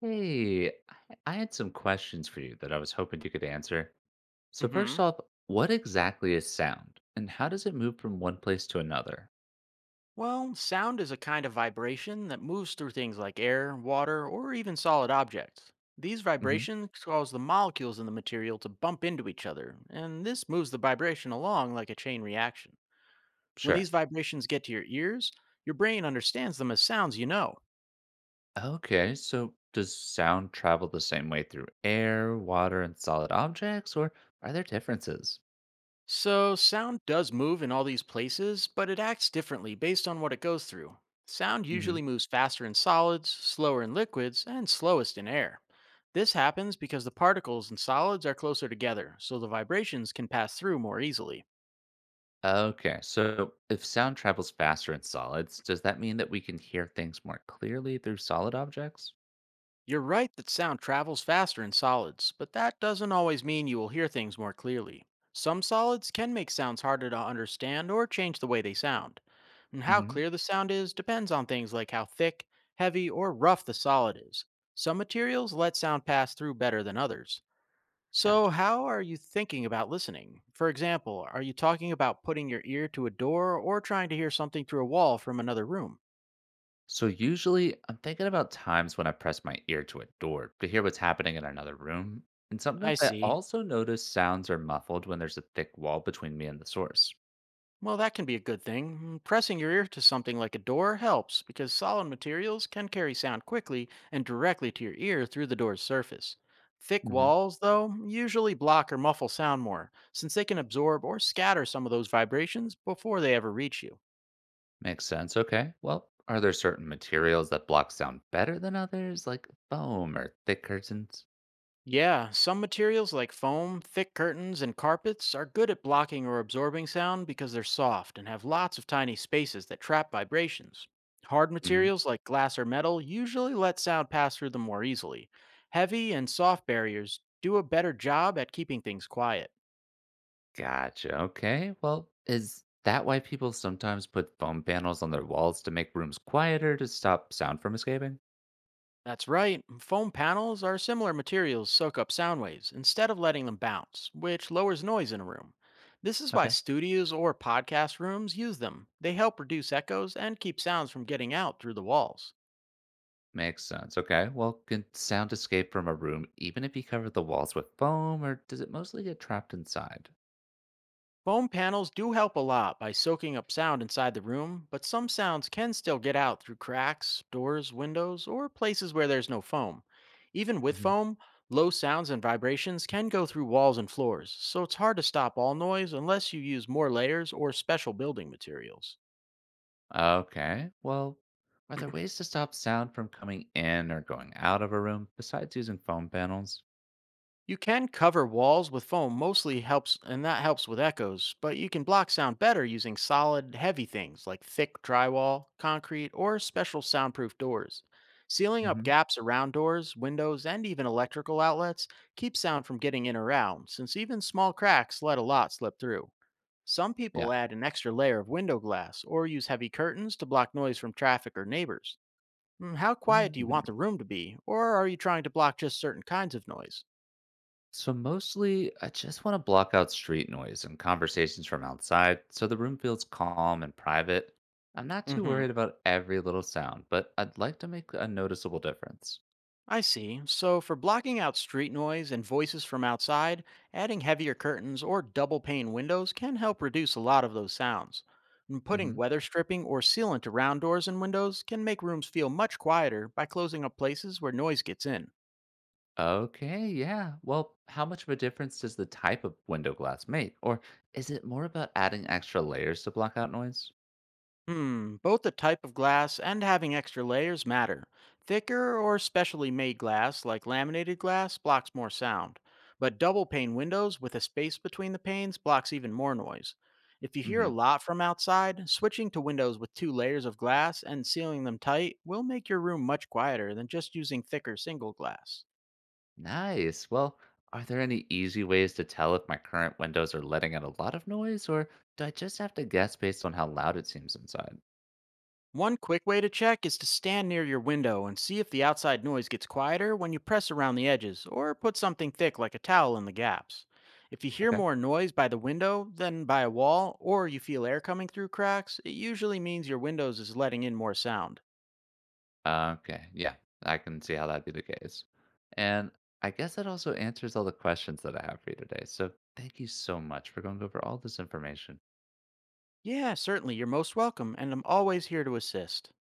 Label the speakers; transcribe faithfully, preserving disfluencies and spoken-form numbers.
Speaker 1: Hey, I I had some questions for you that I was hoping you could answer. So, first
Speaker 2: hmm
Speaker 1: off, what exactly is sound and how does it move from one place to another?
Speaker 2: Well, sound is a kind of vibration that moves through things like air, water, or even solid objects. These
Speaker 1: hmm
Speaker 2: vibrations cause the molecules in the material to bump into each other, and this moves the vibration along like a chain reaction. When
Speaker 1: Sure.
Speaker 2: these vibrations get to your ears, your brain understands them as sounds you know.
Speaker 1: Okay, so does sound travel the same way through air, water, and solid objects, or are there differences?
Speaker 2: So, sound does move in all these places, but it acts differently based on what it goes through. Sound
Speaker 1: hmm
Speaker 2: usually moves faster in solids, slower in liquids, and slowest in air. This happens because the particles in solids are closer together, so the vibrations can pass through more easily.
Speaker 1: Okay, so if sound travels faster in solids, does that mean that we can hear things more clearly through solid objects?
Speaker 2: You're right that sound travels faster in solids, but that doesn't always mean you will hear things more clearly. Some solids can make sounds harder to understand or change the way they sound. And how
Speaker 1: hmm
Speaker 2: clear the sound is depends on things like how thick, heavy, or rough the solid is. Some materials let sound pass through better than others. So,
Speaker 1: Gotcha.
Speaker 2: how are you thinking about listening? For example, are you talking about putting your ear to a door or trying to hear something through a wall from another room?
Speaker 1: So usually I'm thinking about times when I press my ear to a door to hear what's happening in another room. And
Speaker 2: I
Speaker 1: sometimes I
Speaker 2: see.
Speaker 1: also notice sounds are muffled when there's a thick wall between me and the source.
Speaker 2: Well, that can be a good thing. Mm, Pressing your ear to something like a door helps because solid materials can carry sound quickly and directly to your ear through the door's surface. Thick
Speaker 1: hmm
Speaker 2: walls, though, usually block or muffle sound more, since they can absorb or scatter some of those vibrations before they ever reach you.
Speaker 1: Makes sense. Okay. Well, are there certain materials that block sound better than others, like foam or thick curtains?
Speaker 2: Yeah, some materials like foam, thick curtains, and carpets are good at blocking or absorbing sound because they're soft and have lots of tiny spaces that trap vibrations. Hard
Speaker 1: hmm
Speaker 2: materials like glass or metal usually let sound pass through them more easily. Heavy and soft barriers do a better job at keeping things quiet.
Speaker 1: Gotcha. Okay. Well, is that why people sometimes put foam panels on their walls to make rooms quieter to stop sound from escaping?
Speaker 2: That's right. Foam panels are similar materials soak up sound waves instead of letting them bounce, which lowers noise in a room. This is why
Speaker 1: Okay.
Speaker 2: studios or podcast rooms use them. They help reduce echoes and keep sounds from getting out through the walls.
Speaker 1: Makes sense. Okay. Well, can sound escape from a room even if you cover the walls with foam, or does it mostly get trapped inside?
Speaker 2: Foam panels do help a lot by soaking up sound inside the room, but some sounds can still get out through cracks, doors, windows, or places where there's no foam. Even with
Speaker 1: hmm
Speaker 2: foam, low sounds and vibrations can go through walls and floors, so it's hard to stop all noise unless you use more layers or special building materials.
Speaker 1: Okay. Well, are there ways to stop sound from coming in or going out of a room besides using foam panels?
Speaker 2: You can cover walls with foam, mostly helps, and that helps with echoes, but you can block sound better using solid, heavy things like thick drywall, concrete, or special soundproof doors. Sealing up
Speaker 1: hmm
Speaker 2: gaps around doors, windows, and even electrical outlets keeps sound from getting in or out, since even small cracks let a lot slip through. Some
Speaker 1: Yeah.
Speaker 2: people add an extra layer of window glass or use heavy curtains to block noise from traffic or neighbors. Mm, How quiet do you
Speaker 1: Mm.
Speaker 2: want the room to be, or are you trying to block just certain kinds of noise?
Speaker 1: So mostly, I just want to block out street noise and conversations from outside so the room feels calm and private. I'm not too
Speaker 2: Hmm.
Speaker 1: worried about every little sound, but I'd like to make a noticeable difference.
Speaker 2: I see. So, for blocking out street noise and voices from outside, adding heavier curtains or double pane windows can help reduce a lot of those sounds. And putting weather stripping or sealant around doors and windows can make rooms feel much quieter by closing up places where noise gets in.
Speaker 1: Okay, yeah. Well, how much of a difference does the type of window glass make? Or is it more about adding extra layers to block out noise?
Speaker 2: Hmm, both the type of glass and having extra layers matter. Thicker or specially made glass, like laminated glass, blocks more sound. But double pane windows with a space between the panes blocks even more noise. If you hear a
Speaker 1: hmm
Speaker 2: lot from outside, switching to windows with two layers of glass and sealing them tight will make your room much quieter than just using thicker single glass.
Speaker 1: Nice. Well, are there any easy ways to tell if my current windows are letting out a lot of noise, or do I just have to guess based on how loud it seems inside?
Speaker 2: One quick way to check is to stand near your window and see if the outside noise gets quieter when you press around the edges or put something thick like a towel in the gaps. If you hear
Speaker 1: Okay.
Speaker 2: more noise by the window than by a wall or you feel air coming through cracks, it usually means your windows is letting in more sound.
Speaker 1: Okay, yeah. I can see how that'd be the case. And I guess that also answers all the questions that I have for you today. So thank you so much for going over all this information.
Speaker 2: Yeah, certainly, you're most welcome and I'm always here to assist.